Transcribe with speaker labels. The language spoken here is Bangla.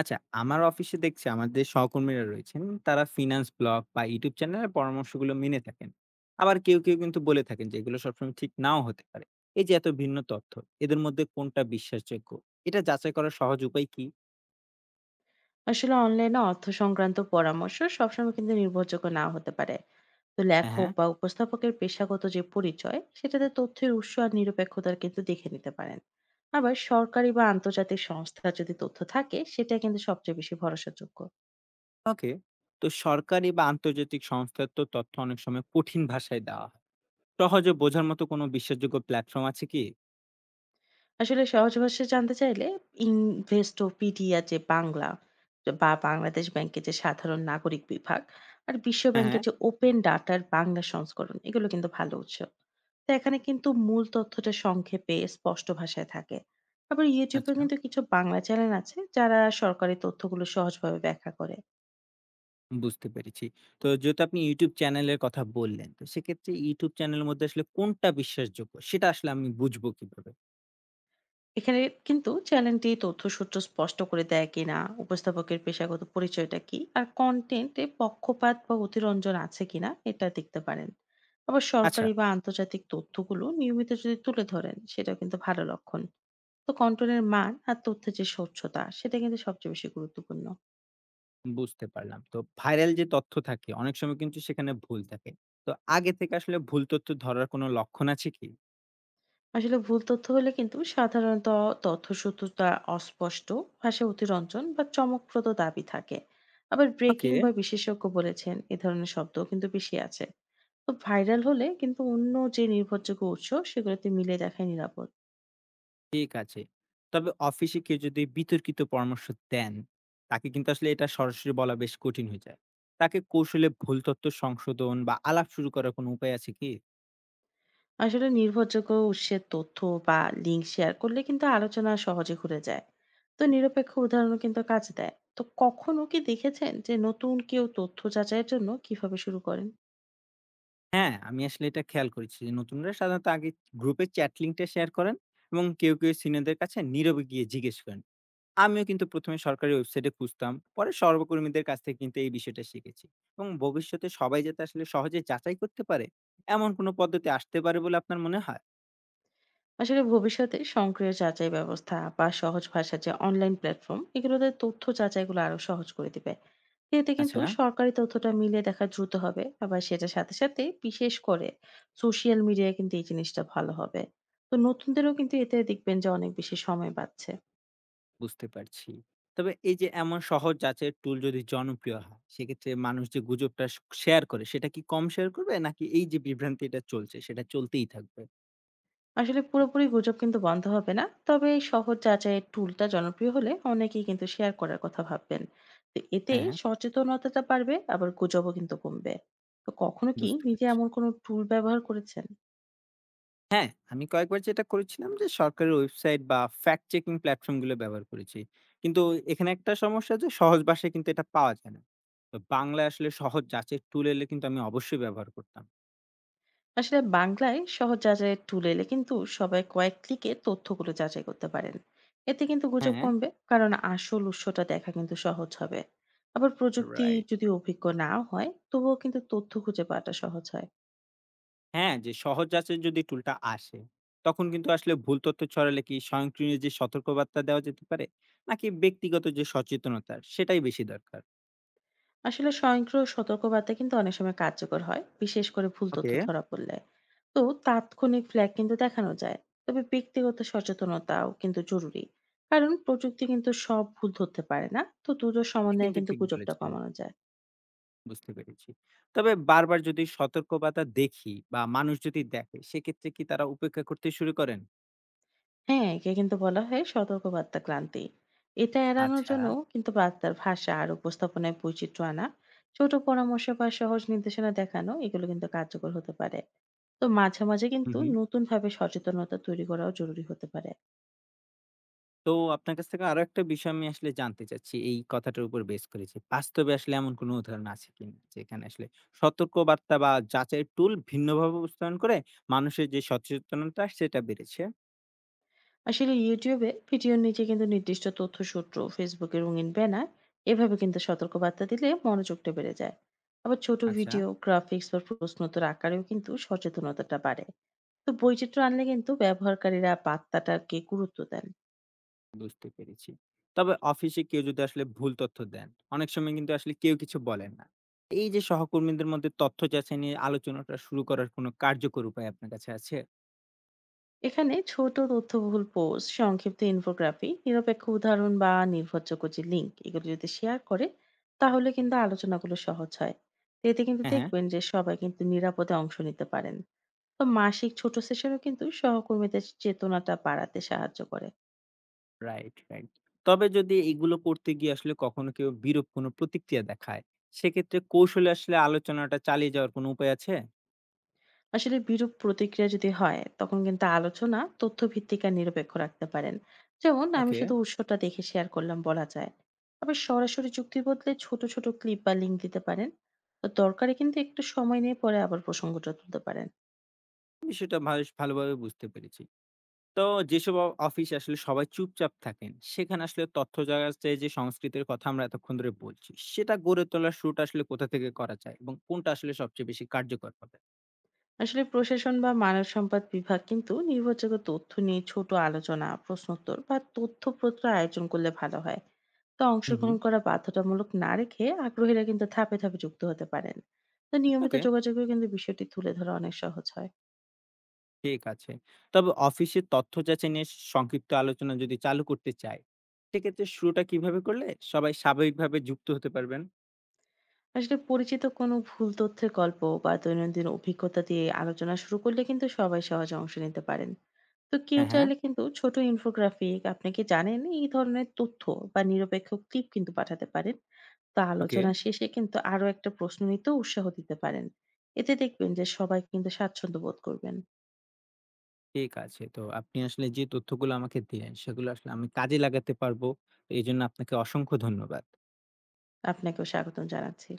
Speaker 1: আচ্ছা, আমার অফিসে দেখছি আমাদের সহকর্মীরা রয়েছেন, তারা ফিন্যান্স ব্লগ বা ইউটিউব চ্যানেলের পরামর্শগুলো মেনে থাকেন। আবার কেউ কিন্তু বলে থাকেন যে এগুলো সবসময় ঠিক নাও হতে পারে। এই যে এত ভিন্ন তথ্য, এদের মধ্যে কোনটা বিশ্বাসযোগ্য? এটা যাচাই করার সহজ উপায় কি?
Speaker 2: আসলে অনলাইনে অর্থ সংক্রান্ত পরামর্শ সবসময় কিন্তু নির্ভরযোগ্য নাও হতে পারে। তো
Speaker 1: হ্যাঁ,
Speaker 2: লেখক
Speaker 1: হ্যাঁ।
Speaker 2: বা উপস্থাপকের পেশাগত যে পরিচয় সেটাতে তথ্যের উৎস আর নিরপেক্ষতার কিন্তু দেখে নিতে পারেন। আবার সরকারি বা আন্তর্জাতিক সংস্থা যদি তথ্য থাকে সেটা কিন্তু সবচেয়ে বেশি ভরসাযোগ্য।
Speaker 1: ওকে। তো সরকারি বা আন্তর্জাতিক সংস্থার তো তথ্য অনেক সময় কঠিন ভাষায় দেওয়া হয়। সহজে বোঝার মতো কোনো বিশ্বাসযোগ্য প্ল্যাটফর্ম আছে কি?
Speaker 2: আসলে সহজ ভাষায় জানতে চাইলে ইনভেস্টোপিডিয়া যে বাংলা বা বাংলাদেশ ব্যাংকের যে সাধারণ নাগরিক বিভাগ আর বিশ্ব
Speaker 1: হ্যাঁ,
Speaker 2: ব্যাংকের
Speaker 1: হ্যাঁ।
Speaker 2: যে ওপেন ডাটার বাংলা সংস্করণ এগুলো কিন্তু ভালো উৎস। তো এখানে কিন্তু মূল তথ্যটা সংক্ষেপে স্পষ্ট ভাষায় থাকে। আবার ইউটিউবে
Speaker 1: আচ্ছা।
Speaker 2: কিন্তু কিছু বাংলা চ্যানেল আছে যারা সরকারি তথ্যগুলো সহজভাবে ব্যাখ্যা করে।
Speaker 1: বুঝতে পেরেছি। তো যেহেতু আপনি YouTube চ্যানেলের কথা বললেন, তো সেক্ষেত্রে YouTube চ্যানেলের মধ্যে আসলে কোনটা বিশ্বাসযোগ্য সেটা আসলে আমি বুঝবো কিভাবে?
Speaker 2: এখানে কিন্তু চ্যানেলটি তথ্যসূত্র স্পষ্ট করে দেয় কিনা, উপস্থাপকের পেশাগত পরিচয়টা কি আর কন্টেন্টে পক্ষপাত বা অতিরঞ্জন আছে কিনা এটা দেখতে পারেন। আবার
Speaker 1: আচ্ছা,
Speaker 2: সরকারি বা আন্তর্জাতিক তথ্যগুলো নিয়মিত যদি তুলে ধরেন সেটা কিন্তু ভালো লক্ষণ। তো কন্টেন্টের মান আর তথ্যের যে স্বচ্ছতা সেটা কিন্তু সবচেয়ে বেশি গুরুত্বপূর্ণ।
Speaker 1: বুঝতে পারলাম। তো ভাইরাল যে তথ্য থাকে অনেক সময় কিন্তু সেখানে ভুল থাকে। তো আগে থেকে আসলে ভুল তথ্য ধরার কোনো লক্ষণ আছে কি?
Speaker 2: আসলে ভুল তথ্য হলে কিন্তু সাধারণত তথ্যসূত্রটা অস্পষ্ট, ভাষা অতিরঞ্জন বা চমকপ্রদ দাবি থাকে। আবার
Speaker 1: ওকে,
Speaker 2: ব্রেকিং বা বিশেষজ্ঞ বলেছেন এ ধরনের শব্দও কিন্তু বেশি আছে। তো ভাইরাল হলে কিন্তু অন্য যে নির্ভরযোগ্য উৎস সেগুলোতে মিলে দেখাই নিরাপদ।
Speaker 1: ঠিক আছে। তবে অফিসে কেউ যদি বিতর্কিত পরামর্শ দেন, তাকে কিন্তু আসলে এটা সরাসরি বলা বেশ কঠিন হয়ে যায়। তাকে কৌশলে ভুল তথ্য সংশোধন বা আলাপ শুরু করার কোনো উপায় আছে কি?
Speaker 2: আসলে নির্ভরযোগ্য উৎসের তথ্য বা লিঙ্ক শেয়ার করলে কিন্তু আলোচনা সহজে ঘুরে যায়। তো নিরপেক্ষ উদাহরণও কিন্তু কাজ দেয়। তো কখনো কি দেখেছেন যে নতুন কেউ তথ্য যাচাইয়ের জন্য কিভাবে শুরু করেন?
Speaker 1: হ্যাঁ, আমি আসলে এটা খেয়াল করেছি যে নতুনরা সাধারণত আগে গ্রুপে চ্যাট লিঙ্কটা শেয়ার করেন এবং কেউ সিনিয়রদের কাছে নীরবে গিয়ে জিজ্ঞেস করেন। আমিও কিন্তু ১ম এ সরকারি ওয়েবসাইটে খুঁজতাম। পরে সহকর্মীদের কাছ থেকে কিন্তু এই বিষয়টা শিখেছি এবং ভবিষ্যতে সবাই যাতে আসলে সহজে যাচাই করতে পারে, এমন কোনো পদ্ধতি আসতে পারে বলে আপনার মনে হয়?
Speaker 2: আসলে ভবিষ্যতে স্বয়ংক্রিয় যাচাই ব্যবস্থা বা সহজ ভাষার যে অনলাইন প্ল্যাটফর্ম এগুলোতে তথ্য যাচাইগুলো আরো সহজ করে দিবে। এতে
Speaker 1: আচ্ছা,
Speaker 2: কিন্তু সরকারি তথ্যটা মিলিয়ে দেখা দ্রুত হবে, আবার সেটার সাথে সাথে বিশেষ করে সোশ্যাল মিডিয়ায় কিন্তু এই জিনিসটা ভালো হবে। তো নতুনদেরও কিন্তু এতে দেখবেন যে অনেক বেশি সময় পাচ্ছে।
Speaker 1: বুঝতে পারছি। তবে এই যে এমন সহজ যাচাইয়ের টুল যদি জনপ্রিয় হয়, সেক্ষেত্রে মানুষ যে গুজবটা শেয়ার করে সেটা কি কম শেয়ার করবে? নাকি এই যে বিভ্রান্তিটা চলছে সেটা চলতেই থাকবে?
Speaker 2: আসলে পুরোপুরি গুজব কিন্তু বন্ধ হবে না, তবে এই সহজ যাচাইয়ের টুলটা জনপ্রিয় হলে অনেকেই কিন্তু শেয়ার করার কথা ভাববেন। তো এতে
Speaker 1: হ্যাঁ,
Speaker 2: সচেতনতাটা বাড়বে, আবার গুজবও কিন্তু কমবে। তো কখনো কি
Speaker 1: বুঝতে
Speaker 2: নিজে
Speaker 1: পেরেছি।
Speaker 2: এমন কোনো টুল ব্যবহার করেছেন?
Speaker 1: হ্যাঁ, আমি কয়েকবার যেটা করেছিলাম যে সরকারের ওয়েবসাইট বা ফ্যাক্ট চেকিং প্ল্যাটফর্ম গুলো ব্যবহার করেছি। কিন্তু এখানে একটা সমস্যা যে সহজ ভাষায় কিন্তু এটা পাওয়া যায় না। তো বাংলায় আসলে সহজ যাচাইয়ের টুল এলে কিন্তু আমি অবশ্যই ব্যবহার করতাম।
Speaker 2: আসলে বাংলায় সহজ যাচাইয়ের টুল এলে কিন্তু সবাই কয়েক ক্লিকে তথ্যগুলো যাচাই করতে পারেন। এতে কিন্তু গুজব
Speaker 1: হ্যাঁ।
Speaker 2: কমবে, কারণ আসল উৎসটা দেখা কিন্তু সহজ হবে। আবার প্রযুক্তি
Speaker 1: রাইট।
Speaker 2: যদি অভিজ্ঞ না হয় তবুও কিন্তু তথ্য খুঁজে পাওয়াটা সহজ হয়।
Speaker 1: হ্যাঁ, যে সহজ যাচাইয়ের যদি টুলটা আসে, তখন কিন্তু আসলে ভুল তথ্য ছড়ালে কি স্বয়ংক্রিয় যে সতর্কবার্তা দেওয়া যেতে পারে? নাকি ব্যক্তিগত যে সচেতনতা সেটাই বেশি দরকার?
Speaker 2: আসলে স্বয়ংক্রিয় সতর্কবার্তা কিন্তু অনেক সময় কার্যকর হয়, বিশেষ করে ভুল তথ্য
Speaker 1: ওকে।
Speaker 2: ধরা পড়লে। তো তাৎক্ষণিক ফ্ল্যাগ কিন্তু দেখানো যায়। তবে ব্যক্তিগত সচেতনতাও কিন্তু জরুরি, কারণ প্রযুক্তি কিন্তু সব ভুল ধরতে পারে না। তো দুটোর
Speaker 1: আপনি
Speaker 2: সমন্বয়ে
Speaker 1: কিন্তু
Speaker 2: কিন্তু
Speaker 1: ঠিক
Speaker 2: গুজবটা
Speaker 1: বলেছেন।
Speaker 2: কমানো যায়।
Speaker 1: বুঝতে পেরেছি। তবে বারবার যদি সতর্কবার্তা দেখি বা মানুষ যদি দেখে সেক্ষেত্রে কি তারা উপেক্ষা করতে শুরু করেন?
Speaker 2: হ্যাঁ, একে কিন্তু বলা হয় সতর্কবার্তা ক্লান্তি। এটা এড়ানোর
Speaker 1: আচ্ছা।
Speaker 2: জন্য কিন্তু বার্তার ভাষা আর উপস্থাপনায় বৈচিত্র্য আনা, ছোট পরামর্শ বা সহজ নির্দেশনা দেখানো এগুলো কিন্তু কার্যকর হতে পারে। তো মাঝে, মাঝে
Speaker 1: হুম,
Speaker 2: কিন্তু
Speaker 1: হুম।
Speaker 2: নতুনভাবে সচেতনতা তৈরি করাও জরুরি হতে পারে।
Speaker 1: তো আপনার কাছ থেকে আরো একটা বিষয় আমি আসলে জানতে চাচ্ছি এই কথাটার উপর বেস করে যে, বাস্তবে আসলে এমন কোনো উদাহরণ আছে কিনা? যেখানে আসলে সতর্কবার্তা বা যাচাইয়ের টুল ভিন্নভাবে উপস্থাপন করে মানুষের যে সচেতনতা সেটা বেড়েছে?
Speaker 2: আসলে YouTube এ ভিডিওর নিচে কিন্তু নির্দিষ্ট তথ্যসূত্র, Facebook এ রঙিন ব্যানার, এভাবে কিন্তু সতর্ক বার্তা দিলে মনোযোগটা বেড়ে যায়। আবার ছোট
Speaker 1: আচ্ছা।
Speaker 2: ভিডিও, গ্রাফিক্স বা প্রশ্নোত্তর আকারেও কিন্তু সচেতনতাটা বাড়ে। তো বৈচিত্র্য আনলে কিন্তু ব্যবহারকারীরা বার্তাটাকে গুরুত্ব দেন।
Speaker 1: বুঝতে পেরেছি। তবে অফিসে কেউ যদি আসলে ভুল তথ্য দেন, অনেক সময় কিন্তু আসলে কেউ কিছু বলেন না। এই যে সহকর্মীদের মধ্যে তথ্য যাচাই নিয়ে আলোচনাটা শুরু করার কোনো কার্যকর উপায় আপনার কাছে আছে?
Speaker 2: এখানে ছোট তথ্যবহুল পোস্ট, সংক্ষিপ্ত ইনফোগ্রাফি, নিরপেক্ষ উদাহরণ বা নির্ভরযোগ্য যে লিঙ্ক এগুলো যদি শেয়ার করে তাহলে কিন্তু আলোচনাগুলো সহজ হয়। তো এতে কিন্তু
Speaker 1: হ্যাঁ, হ্যাঁ।
Speaker 2: দেখবেন যে সবাই কিন্তু নিরাপদে অংশ নিতে পারেন। তো মাসিক ছোট সেশনও কিন্তু সহকর্মীদের চেতনাটা বাড়াতে সাহায্য করে।
Speaker 1: Right, right. তবে যদি এগুলো করতে গিয়ে আসলে কখনো কেউ বিরূপ কোনো প্রতিক্রিয়া দেখায়, সেক্ষেত্রে কৌশলে আসলে আলোচনাটা চালিয়ে যাওয়ার কোনো উপায় আছে?
Speaker 2: আসলে বিরূপ প্রতিক্রিয়া যদি হয় তখন কিন্তু আলোচনা তথ্যভিত্তিক আর নিরপেক্ষ রাখতে পারেন। যেমন, আমি
Speaker 1: ওকে,
Speaker 2: শুধু উৎসটা দেখে শেয়ার করলাম বলা যায়। আবার সরাসরি চুক্তির বদলে ছোট ছোট ক্লিপ বা লিঙ্ক দিতে পারেন। তো দরকারে কিন্তু একটু সময় নিয়ে পরে আবার প্রসঙ্গটা তুলতে পারেন।
Speaker 1: বিষয়টা ভালোভাবে বুঝতে পেরেছি। তো যেসব অফিসে আসলে সবাই চুপচাপ থাকেন সেখানে আসলে তথ্য জাগাতে যে সংস্কৃতির কথা আমরা এতক্ষণ ধরে বলছি সেটা গড়ে তোলার শুরুটা আসলে কোথা থেকে করা যায় এবং কোনটা আসলে সবচেয়ে বেশি কার্যকর হবে?
Speaker 2: আসলে প্রশাসন বা মানব সম্পদ বিভাগ কিন্তু নির্ভরযোগ্য তথ্য নিয়ে ছোট আলোচনা, প্রশ্নোত্তর বা তথ্যপত্র আয়োজন করলে ভালো হয়। তা
Speaker 1: হুম, হুম।
Speaker 2: অংশগ্রহণ করা বাধ্যতামূলক না রেখে আগ্রহীরা কিন্তু ধাপে ধাপে যুক্ত হতে পারেন। তো নিয়মিত
Speaker 1: ওকে,
Speaker 2: যোগাযোগেও কিন্তু বিষয়টি তুলে ধরা অনেক সহজ হয়।
Speaker 1: ঠিক আছে। তবে অফিসে তথ্য যাচাই নিয়ে সংক্ষিপ্ত আলোচনা যদি চালু করতে চাই, সেক্ষেত্রে শুরুটা কিভাবে করলে সবাই স্বাভাবিকভাবে যুক্ত হতে পারবেন?
Speaker 2: আসলে পরিচিত কোনো ভুল তথ্যের গল্প বা দৈনন্দিন অভিজ্ঞতা দিয়ে আলোচনা শুরু করলে কিন্তু সবাই সহজে অংশ নিতে পারেন। তো কেউ
Speaker 1: হ্যাঁ, হ্যাঁ।
Speaker 2: চাইলে কিন্তু ছোট ইনফোগ্রাফিক, আপনি কি জানেন এই ধরনের তথ্য বা নিরপেক্ষ ক্লিপ কিন্তু পাঠাতে পারেন। তো
Speaker 1: ওকে,
Speaker 2: আলোচনা শেষে কিন্তু আরো একটা প্রশ্ন নিতে উৎসাহ দিতে পারেন। এতে দেখবেন যে সবাই কিন্তু স্বাচ্ছন্দ্য বোধ করবেন।
Speaker 1: ঠিক আছে। তো আপনি আসলে যে তথ্যগুলো আমাকে দিলেন সেগুলো আসলে আমি কাজে লাগাতে পারবো। এই জন্য আপনাকে অসংখ্য ধন্যবাদ।
Speaker 2: আপনাকেও স্বাগতম জানাচ্ছি।